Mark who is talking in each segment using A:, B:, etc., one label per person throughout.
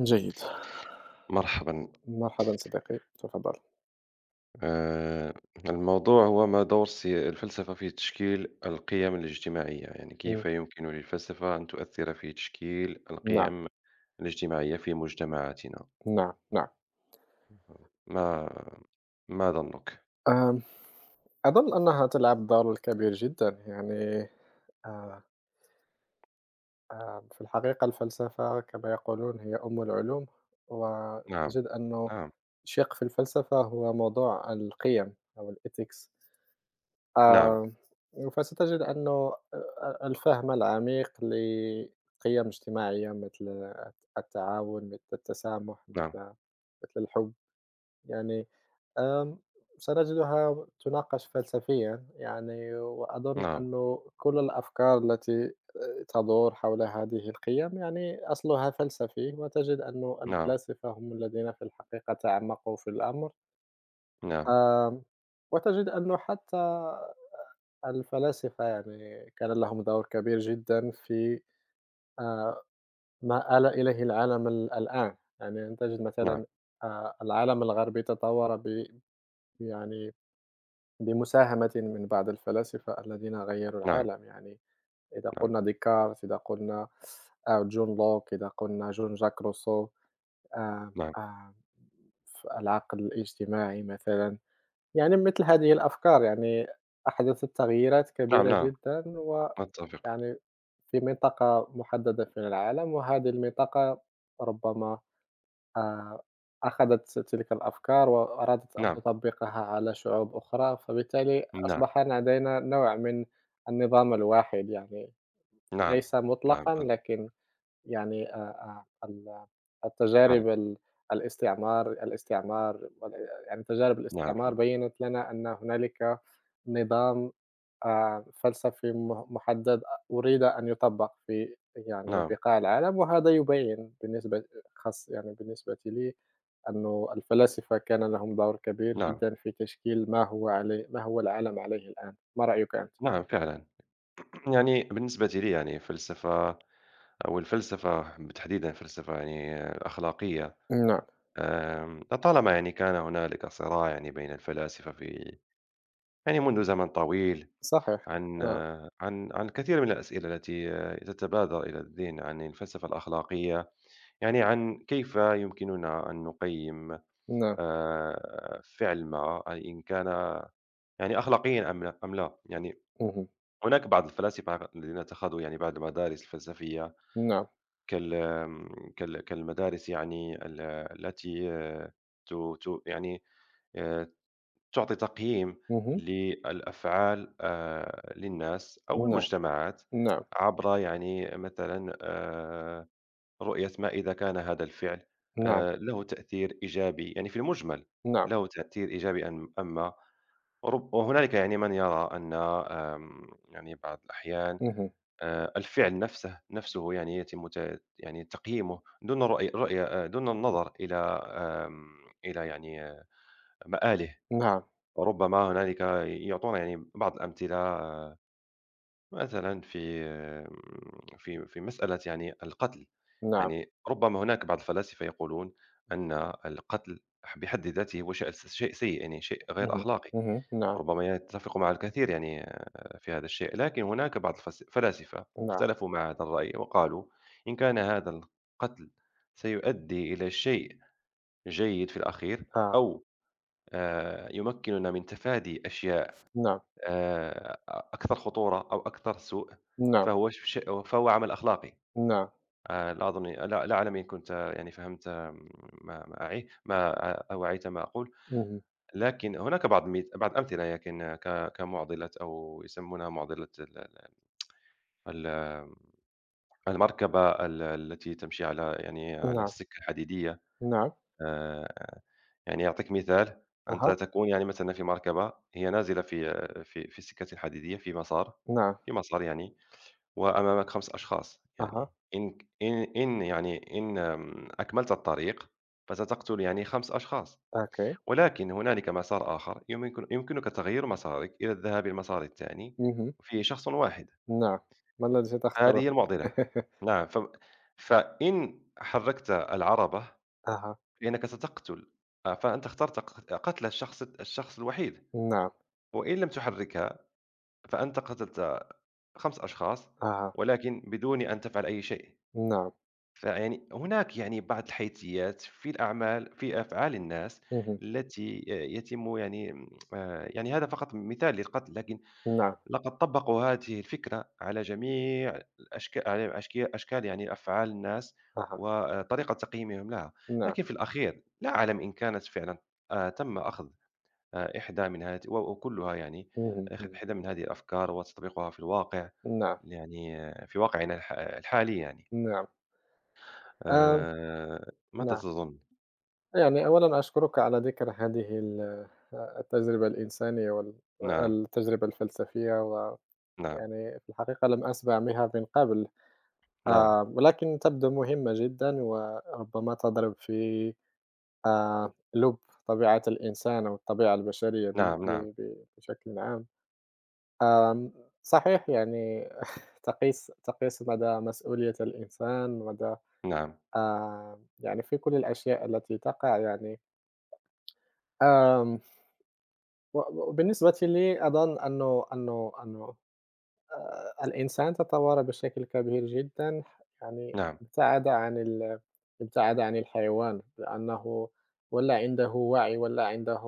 A: جيد،
B: مرحبا.
A: مرحبًا صديقي، تفضّل.
B: آه، الموضوع هو ما دور الفلسفة في تشكيل القيم الاجتماعية، يعني كيف
A: إمم،
B: يمكن للفلسفة أن تؤثر في تشكيل
A: نعم،
B: القيم الاجتماعية في مجتمعاتنا؟
A: نعم.
B: ما ما ظنك؟
A: آمم، أظن أنها تلعب دورًا كبير جدًا، يعني آآ، في الحقيقة الفلسفة كما يقولون هي أم العلوم،
B: نعم،
A: وتجد أنه
B: نعم،
A: شِق في الفلسفة هو موضوع القِيَم أو الethics.
B: نعم،
A: فستجد أنه الفهم العميق لقِيَم اجتماعية مثل التعاون، مثل التسامح، مثل الحُب. يعني آمم، سنجدها تُناقش فلسفيًا يعني، وأظن
B: نعم،
A: أنه كل الأفكار التي تدور حول هذه القيم يعني أصلها فلسفي، وتجد أنه
B: نعم،
A: الفلاسفة هم الذين في الحقيقة تعمقوا في الأمر.
B: نعم،
A: آمم، وتجد أنه حتى الفلاسفة يعني كان لهم دور كبير جدًا في آآ، ما آل إليه العالم الآن، يعني تجد
B: نعم،
A: مثلًا العالم الغربي تطور يعني بمساهمة من بعض الفلاسفة الذين غيّروا
B: نعم،
A: العالم، يعني إذا
B: نعم،
A: قلنا ديكارت، إذا قلنا جون لوك، إذا قلنا جون جاك روسو، آآ
B: نعم، نعم،
A: آآ ف العقل الاجتماعي مثلًا، يعني مثل هذه الأفكار يعني أحدثت تغييرات
B: نعم،
A: كبيرة
B: نعم،
A: جدًا، ويعني
B: أتفق،
A: في منطقة محددة في العالم، وهذه المنطقة ربما آآ أخذت تلك الأفكار وأرادت أن
B: نعم،
A: تطبّقها على شعوب أخرى، فبالتالي
B: نعم،
A: أصبح لدينا نوع من النظام الواحد، يعني
B: نعم،
A: ليس
B: نعم،
A: مطلقًا لكن يعني ال
B: فعلا،
A: التجارب الاستعمار يعني تجارب
B: نعم،
A: الاستعمار
B: نعم،
A: بيّنت لنا أن هنالك نظام فلسفي مُحدد أُريد أن يُطبّق في يعني بقاع العالم، وهذا يبيّن بالنسبة خاص يعني بالنسبة لي أنه الفلاسفة كان لهم دور كبير
B: نعم،
A: جدًا في تشكيل ما هو عليه ما هو العالم عليه الآن، ما رأيك أنت؟
B: نعم، فعلا. يعني بالنسبة لي يعني فلسفة، أو الفلسفة تحديدًا فلسفة يعني أخلاقية.
A: نعم،
B: لطالما يعني كان هنالك صراع يعني بين الفلاسفة في، يعني منذ زمن طويل،
A: صحيح،
B: عن
A: نعم،
B: عن الكثير من الأسئلة التي تتبادر إلى الذهن عن الفلسفة الأخلاقية. يعني عن كيف يمكننا أن نقيم
A: نعم،
B: فعل ما إن كان يعني أخلاقيًا أم لا، يعني
A: اهم،
B: هناك بعض الفلاسفة الذين اتخذوا يعني بعض المدارس الفلسفية،
A: نعم،
B: كال آمم كال كالمدارس يعني ال التي ت ت يعني آآ تعطي تقييم
A: اهم،
B: للأفعال، للناس أو
A: نعم.
B: المجتمعات،
A: نعم،
B: عبر يعني مثلًا رؤية ما إذا كان هذا الفعل
A: نعم،
B: له تأثير إيجابي يعني في المجمل،
A: نعم،
B: له تأثير إيجابي أم أما وهنالك يعني من يرى أن يعني بعض الأحيان
A: اهم،
B: الفعل نفسه يعني يتم ت يعني تقييمه دون الرؤية، دون النظر إلى إلى يعني مآله.
A: نعم،
B: ربما هنالك يعطونا يعني بعض الأمثلة، مثلًا في آمم، في في مسألة يعني القتل.
A: نعم،
B: يعني ربما هناك بعض الفلاسفة يقولون أن القتل بحد ذاته هو شيء سيء، يعني شيء غير
A: اهم،
B: أخلاقي.
A: اهم، نعم،
B: ربما يتفق مع الكثير يعني، في هذا الشيء، لكن هناك بعض الفلاسفة
A: نعم،
B: اختلفوا مع هذا الرأي وقالوا إن كان هذا القتل سيؤدي إلى شيء جيد في الأخير،
A: آه،
B: أو يمكننا من تفادي أشياء
A: نعم،
B: أكثر خطورة أو أكثر سوء،
A: نعم،
B: فهو عمل أخلاقي.
A: نعم،
B: لا أظن، لا أعلم إن كنت يعني فهمت، ما ما أعي ما آه، أوعيت ما أقول.
A: اهم،
B: لكن هناك بعض الأمثلة، لكن كمعضلة، أو يسمونها معضلة ال ال ال المركبة التي تمشي على يعني على
A: نعم،
B: السكة الحديدية.
A: نعم،
B: آآ، يعني أعطيك مثال: أنت
A: أها،
B: تكون يعني مثلًا في مركبة هي نازلة في في السكة الحديدية في مسار،
A: نعم،
B: في مسار يعني، وأمامك 5 أشخاص.
A: أها،
B: يعني إن ك إن إن يعني إن آمم، أكملت الطريق فستقتل يعني 5 أشخاص.
A: أوكي،
B: ولكن هنالك مسار آخر، يمكنك تغيير مسارك إلى الذهاب للمسار الثاني،
A: اهم،
B: وفيه شخص واحد.
A: نعم، ما الذي
B: هذه
A: ستختاره؟
B: هي المعضلة. نعم ف... فإن حركت العربة
A: أها،
B: فإنك ستقتل، فأنت اخترت قتل الشخص الوحيد،
A: نعم،
B: وإن لم تحركها فأنت قتلت خمس أشخاص،
A: أها،
B: ولكن بدون أن تفعل أي شيء.
A: نعم،
B: فيعني هناك يعني بعض الحيثيات في الأعمال، في أفعال الناس
A: اهم،
B: التي يتم يعني، يعني هذا فقط مثال للقتل، لكن
A: نعم،
B: لقد طبقوا هذه الفكرة على جميع الأشكال، على أشكال يعني أفعال الناس
A: أها،
B: وطريقة تقييمهم لها.
A: نعم،
B: لكن في الأخير لا أعلم إن كانت فعلا تم أخذ إحدى من هذه، وكلها يعني
A: اهم، اهم،
B: إحدى من هذه الأفكار، وتطبيقها في الواقع
A: نعم،
B: يعني، في واقعنا الحالي يعني.
A: نعم، آمم،
B: آآ، ماذا
A: نعم،
B: تظن؟
A: يعني أولًا أشكرك على ذكر هذه التجربة الإنسانية
B: نعم،
A: والتجربة الفلسفية
B: نعم،
A: يعني في الحقيقة لم أسمع بها من قبل.
B: نعم،
A: ولكن تبدو مهمة جدًا وربما تضرب في لب طبيعة الإنسان أو الطبيعة البشرية ب ب
B: نعم، نعم،
A: ب بشكل عام. آمم، صحيح يعني تقيس مدى مسؤولية الإنسان، مدى
B: نعم،
A: يعني في كل الأشياء التي تقع يعني. آمم، و وبالنسبة لي أظن أنه الإنسان تطور بشكل كبير جدًا، يعني
B: نعم،
A: ابتعد عن ابتعد عن الحيوان، لأنه ولا عنده وعي، ولا عنده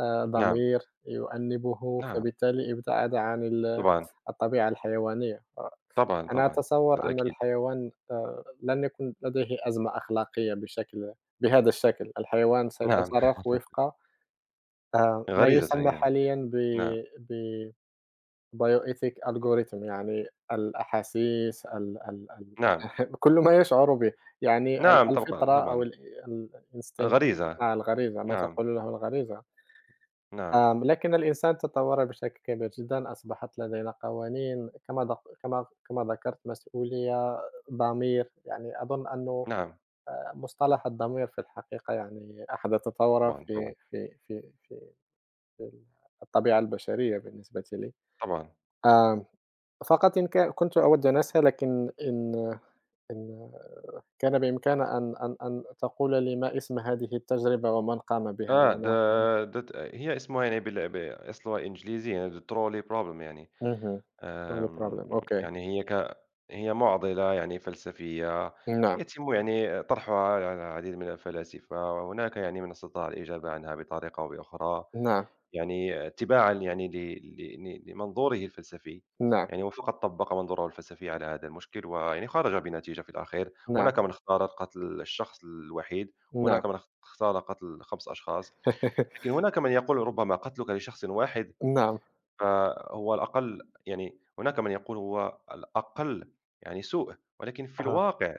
B: نعم،
A: ضمير يؤنبه،
B: نعم،
A: فبالتالي ابتعد عن
B: طبعًا،
A: الطبيعة الحيوانية.
B: طبعًا،
A: أنا
B: طبعًا،
A: أتصور
B: هذا
A: أن
B: أكيد،
A: الحيوان لن يكون لديه أزمة أخلاقية بشكل بهذا الشكل، الحيوان
B: نعم،
A: سيتصرف وفق ما
B: غريزة
A: يسمى
B: يعني،
A: حاليًا ب
B: نعم،
A: ب bioethic algorithm يعني الأحاسيس ال ال ال
B: نعم،
A: كل ما يشعر به، يعني
B: نعم، طبعًا،
A: الفطرة أو
B: طبعًا،
A: الإنستينكت.
B: غريزة،
A: آه، الغريزة، ما
B: نعم،
A: تقول له الغريزة.
B: نعم،
A: لكن الإنسان تطور بشكل كبير جدًا، أصبحت لدينا قوانين كما ذكرت مسؤولية، ضمير، يعني أظن أنه
B: نعم،
A: مصطلح الضمير في الحقيقة يعني أحدث ثورة
B: طبعًا، طبعًا،
A: في الطبيعة البشرية بالنسبة لي.
B: طبعًا.
A: آمم فقط إن كا كنت أود أن أسأل لكن إن إن كان بإمكان أن تقول لي ما اسم هذه التجربة ومن قام بها؟
B: آه، ده
A: لأنها
B: ده ت هي اسمها يعني بال ب أصلها إنجليزيًا The trolley problem يعني.
A: اهم. Only
B: آمم،
A: problem أوكي.
B: يعني هي مُعضِلة يعني فلسفية،
A: نعم،
B: يتم يعني طرحها على العديد من الفلاسفة، وهناك يعني من استطاع الإجابة عنها بطريقة أو بأخرى،
A: نعم،
B: يعني اتباعًا يعني ل ل ل لمنظوره الفلسفي.
A: نعم،
B: يعني هو فقط طبّق منظوره الفلسفي على هذا المشكل، ويعني خرج بنتيجة في الأخير.
A: نعم،
B: هناك من اختار قتل الشخص الوحيد، هناك
A: نعم،
B: من اختار قتل 5 أشخاص، لكن هناك من يقول ربما قتلك لشخص واحد
A: نعم،
B: فهو الأقل، يعني هناك من يقول هو الأقل يعني سوء. ولكن في
A: آه،
B: الواقع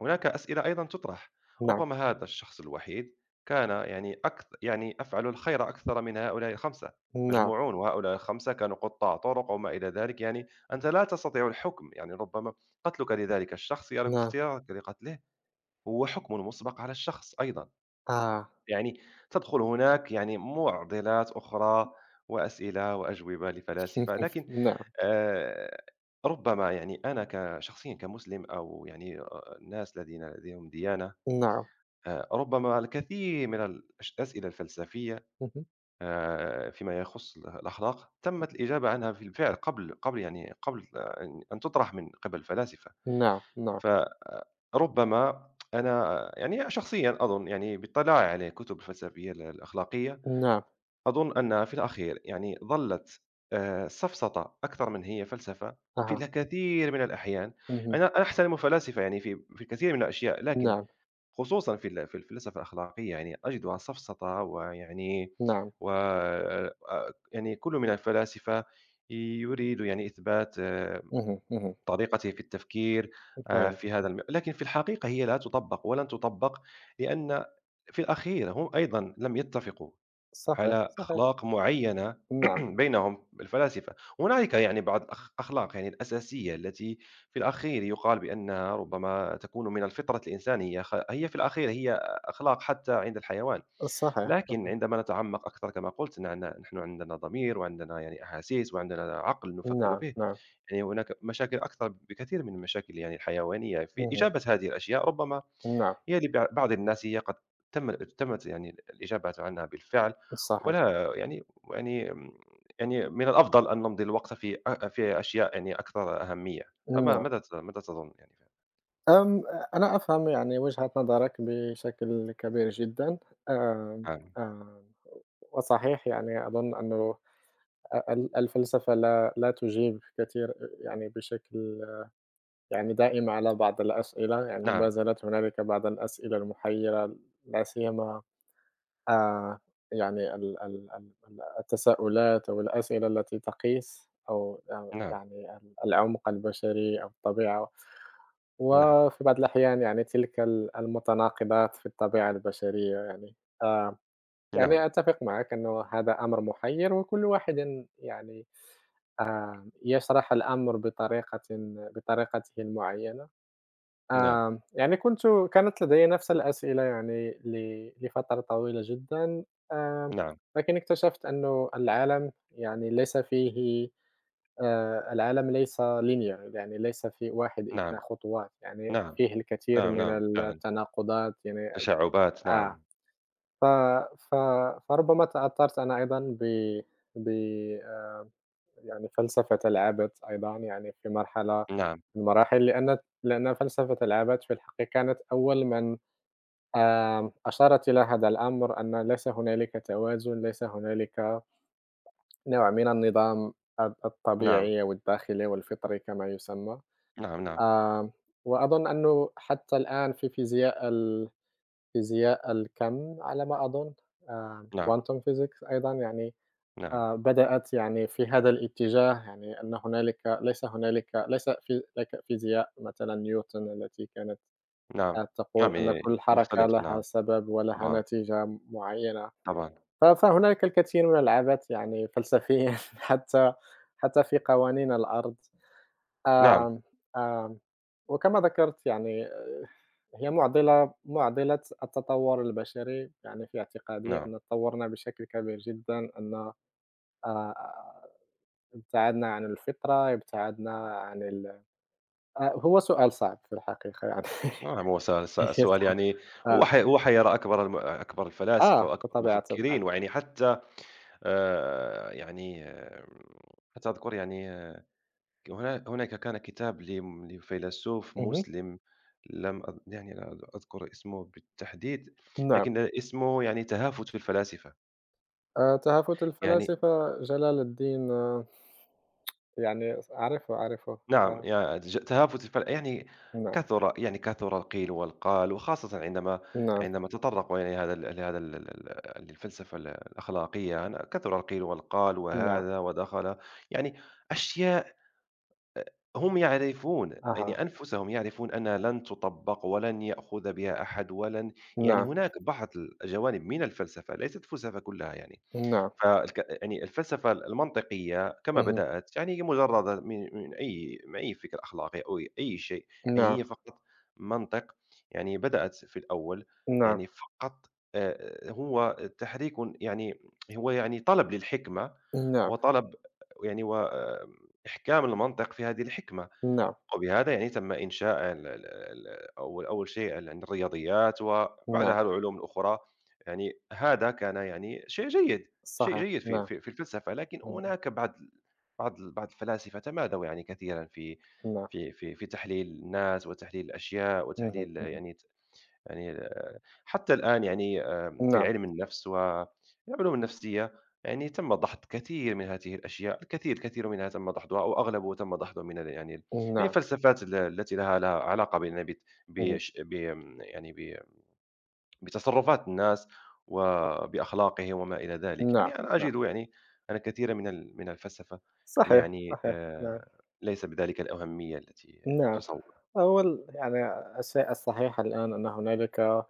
B: هناك أسئلة أيضًا تُطرح:
A: نعم،
B: ربما هذا الشخص الوحيد كان يعني يعني أفعل الخير أكثر من هؤلاء ال5
A: نعم،
B: مجموعون، وهؤلاء ال5 كانوا قُطاع طُرق وما إلى ذلك. يعني أنت لا تستطيع الحكم، يعني ربما قتلك لذلك الشخص، يعني
A: نعم،
B: اختيارك لقتله، هو حكم مُسبق على الشخص أيضًا.
A: آه،
B: يعني تدخل هناك يعني مُعضلات أخرى وأسئلة وأجوبة لفلاسفة. لكن
A: نعم،
B: آآ، ربما يعني أنا شخصيًا كمسلم، أو يعني الناس الذين لديهم ديانة،
A: نعم،
B: ربما الكثير من الأسئلة الفلسفية
A: اهم،
B: فيما يخص الأخلاق، تمت الإجابة عنها في الفعل قبل، يعني قبل أن تُطرح من قبل الفلاسفة.
A: نعم، نعم،
B: فربما أنا يعني شخصيًا أظن، يعني باطلاعي على الكتب الفلسفية الأخلاقية،
A: نعم،
B: أظن أنها في الأخير يعني ظلت سفسطة أكثر من هي فلسفة في
A: أها،
B: الكثير من الأحيان.
A: اهم،
B: أنا أحترم الفلاسفة يعني في في الكثير من الأشياء، لكن
A: نعم،
B: خصوصًا في الفلسفة الأخلاقية يعني أجدها سفسطة ويعني.
A: نعم،
B: و يعني كل من الفلاسفة يريد يعني إثبات،
A: اهم، اهم،
B: طريقته في التفكير
A: فهمت.
B: في هذا لكن في الحقيقة هي لا تُطبّق ولن تُطبّق، لأن في الأخير هم أيضًا لم يتفقوا
A: صحيح،
B: على
A: صحيح،
B: أخلاق معينة
A: نعم،
B: بينهم الفلاسفة. هنالك يعني بعض الأخلاق يعني الأساسية التي في الأخير يقال بأنها ربما تكون من الفطرة الإنسانية، هي في الأخير هي أخلاق حتى عند الحيوان.
A: صحيح،
B: لكن
A: صحيح،
B: عندما نتعمق أكثر كما قلت، نحن عندنا ضمير، وعندنا يعني أحاسيس، وعندنا عقل نفكر
A: نعم،
B: به،
A: نعم،
B: يعني هناك مشاكل أكثر بكثير من المشاكل يعني الحيوانية في
A: اهم.
B: إجابة هذه الأشياء. ربما
A: نعم،
B: هي بعض الناس هي قد تمت يعني الإجابة عنها بالفعل،
A: صحيح،
B: ولا يعني يعني يعني من الأفضل أن نمضي الوقت في أ في أشياء يعني أكثر أهمية.
A: نعم.
B: ماذا ماذا تظن يعني؟
A: آمم، أنا أفهم يعني وجهة نظرك بشكل كبير جدًا. آمم،
B: نعم،
A: آمم، وصحيح يعني أظن أنه أ ال الفلسفة لا تجيب كثير يعني بشكل يعني دائم على بعض الأسئلة، يعني ما
B: نعم،
A: زالت هنالك بعض الأسئلة المحيرة، لا سيما آآ يعني ال ال ال ال التساؤلات أو الأسئلة التي تقيس أو
B: نعم،
A: يعني العمق البشري أو الطبيعة،
B: نعم،
A: وفي بعض الأحيان يعني تلك المتناقضات في الطبيعة البشرية يعني. آآ
B: نعم،
A: يعني أتفق معك أنه هذا أمر محير وكل واحد يعني يشرح الأمر بطريقته المعينة.
B: نعم،
A: يعني كنت كانت لدي نفس الأسئلة يعني لفترة طويلة جدًا. آمم،
B: نعم،
A: لكن اكتشفت أنه العالم يعني ليس فيه العالم ليس linear يعني ليس في 1،
B: نعم،
A: 2 خطوات، يعني
B: نعم،
A: فيه الكثير
B: نعم،
A: من
B: نعم، فعلًا،
A: التناقضات يعني.
B: تشعُّبات
A: آه،
B: نعم،
A: ف ف فربما تأثّرت أنا أيضًا ب ب آآ، يعني فلسفة العبث أيضًا يعني في مرحلة
B: نعم،
A: من المراحل، لأن فلسفة العبث في الحقيقة كانت أول من أشارت إلى هذا الأمر أن ليس هنالك توازن، ليس هنالك نوع من النظام
B: نعم،
A: الطبيعي والداخلي والفطري كما يسمى.
B: نعم، نعم،
A: آمم، وأظن أنه حتى الآن في فيزياء الكم على ما أظن،
B: نعم،
A: quantum physics أيضًا يعني
B: نعم،
A: بدأت يعني في هذا الاتجاه، يعني أن هنالك ليس هنالك ليس في لك فيزياء مثلًا نيوتن التي كانت
B: نعم،
A: آه، تقول
B: نعم،
A: أن
B: ي
A: كل حركة
B: مختلفة نعم،
A: لها سبب ولها
B: طبعًا،
A: نتيجة معينة.
B: طبعًا،
A: فهناك الكثير من العبث يعني فلسفيًا حتى حتى في قوانين الأرض.
B: نعم،
A: آمم، آمم، وكما ذكرت يعني آه، هي معضلة التطور البشري، يعني في اعتقادي
B: نعم.
A: أن تطورنا بشكل كبير جدًا، أن آآ، ابتعدنا عن الفطرة، ابتعدنا عن هو سؤال صعب في الحقيقة يعني.
B: نعم، هو س س
A: هي
B: السؤال
A: صعب
B: يعني، هو
A: آه،
B: ح هو حيرى أكبر أكبر الفلاسفة
A: آه،
B: وأكبر
A: بطبيعة الحال.
B: المفكرين، ويعني حتى يعني حتى أذكر يعني، هناك كان كتاب لم لفيلسوف
A: اهم،
B: مسلم، لم أذ يعني لا أذكر اسمه بالتحديد،
A: نعم،
B: لكن اسمه يعني تهافت في الفلاسفة،
A: تهافت
B: يعني
A: الفلاسفة جلال الدين. آه، يعني أعرفه، أعرفه،
B: نعم،
A: آه،
B: يع ج تهافت الفرق يعني،
A: نعم،
B: يعني كثر القيل والقال، وخاصةً
A: نعم،
B: عندما تطرقوا يعني هذا ال لهذا ال ال للفلسفة الأخلاقية. أنا كثر القيل والقال
A: نعم،
B: وهذا ودخل، يعني أشياء هم يعرفون،
A: أها،
B: يعني أنفسهم يعرفون أنها لن تُطبّق ولن يأخذ بها أحد ولن، يعني
A: نعم،
B: هناك بعض الجوانب من الفلسفة، ليست الفلسفة كلها يعني.
A: نعم،
B: يعني الفلسفة المنطقية كما
A: اهم،
B: بدأت، يعني هي مجرّد من أي، من أي فكر أخلاقي أو أي شيء، يعني
A: نعم،
B: هي فقط منطق. يعني بدأت في الأول
A: نعم،
B: يعني فقط هو تحريك، يعني هو يعني طلب للحكمة،
A: نعم،
B: وطلب يعني وإحكام المنطق في هذه الحكمة.
A: نعم،
B: وبهذا يعني تم إنشاء ال ال ال أول أول شيء يعني الرياضيات،
A: نعم،
B: وبعدها العلوم الأخرى، يعني هذا كان يعني شيء جيد، شيء
A: صحيح،
B: جيد في
A: نعم،
B: في في الفلسفة. لكن
A: اهم،
B: هناك بعض الفلاسفة تمادوا يعني كثيرًا في
A: نعم،
B: تحليل الناس وتحليل الأشياء
A: اهم،
B: وتحليل
A: اهم،
B: يعني، يعني حتى الآن يعني في
A: نعم،
B: علم النفس والعلوم النفسية، يعني تم ضحض كثير من هذه الأشياء، الكثير منها تم ضحضها أو أغلبه تم ضحضه من يعني
A: نعم،
B: الفلسفات التي لها علاقة بأن بت
A: اهم،
B: بش بم يعني ب بتصرفات الناس وبأخلاقهم وما إلى ذلك.
A: نعم،
B: يعني أنا
A: نعم،
B: أجد يعني أن كثيرًا من الفلسفة
A: صحيح،
B: يعني
A: صحيح، نعم،
B: ليس بذلك الأهمية التي
A: نعم،
B: تصوّر.
A: هو ال يعني الشيء الصحيح الآن أن هنالك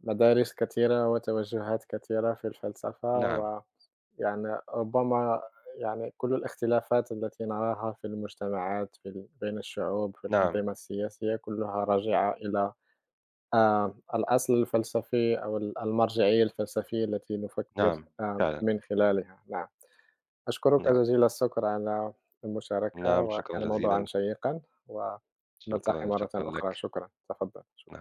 A: مدارس كثيرة وتوجهات كثيرة في الفلسفة
B: نعم،
A: يعني ربما يعني كل الاختلافات التي نراها في المجتمعات في بين الشعوب في
B: نعم،
A: الأنظمة السياسية كلها راجعة إلى آه، الأصل الفلسفي أو المرجعية الفلسفية التي نفكر
B: نعم،
A: آه،
B: فعلًا،
A: من خلالها. نعم، أشكرك
B: نعم.
A: جزيل الشكر على المشاركة
B: نعم، شكرًا
A: وكان موضوعا
B: جزيلًا،
A: شيقا ونلتقي
B: شكرًا،
A: مرة
B: شكرًا
A: أخرى.
B: لك،
A: شكرا، تفضل، شكرا.
B: نعم.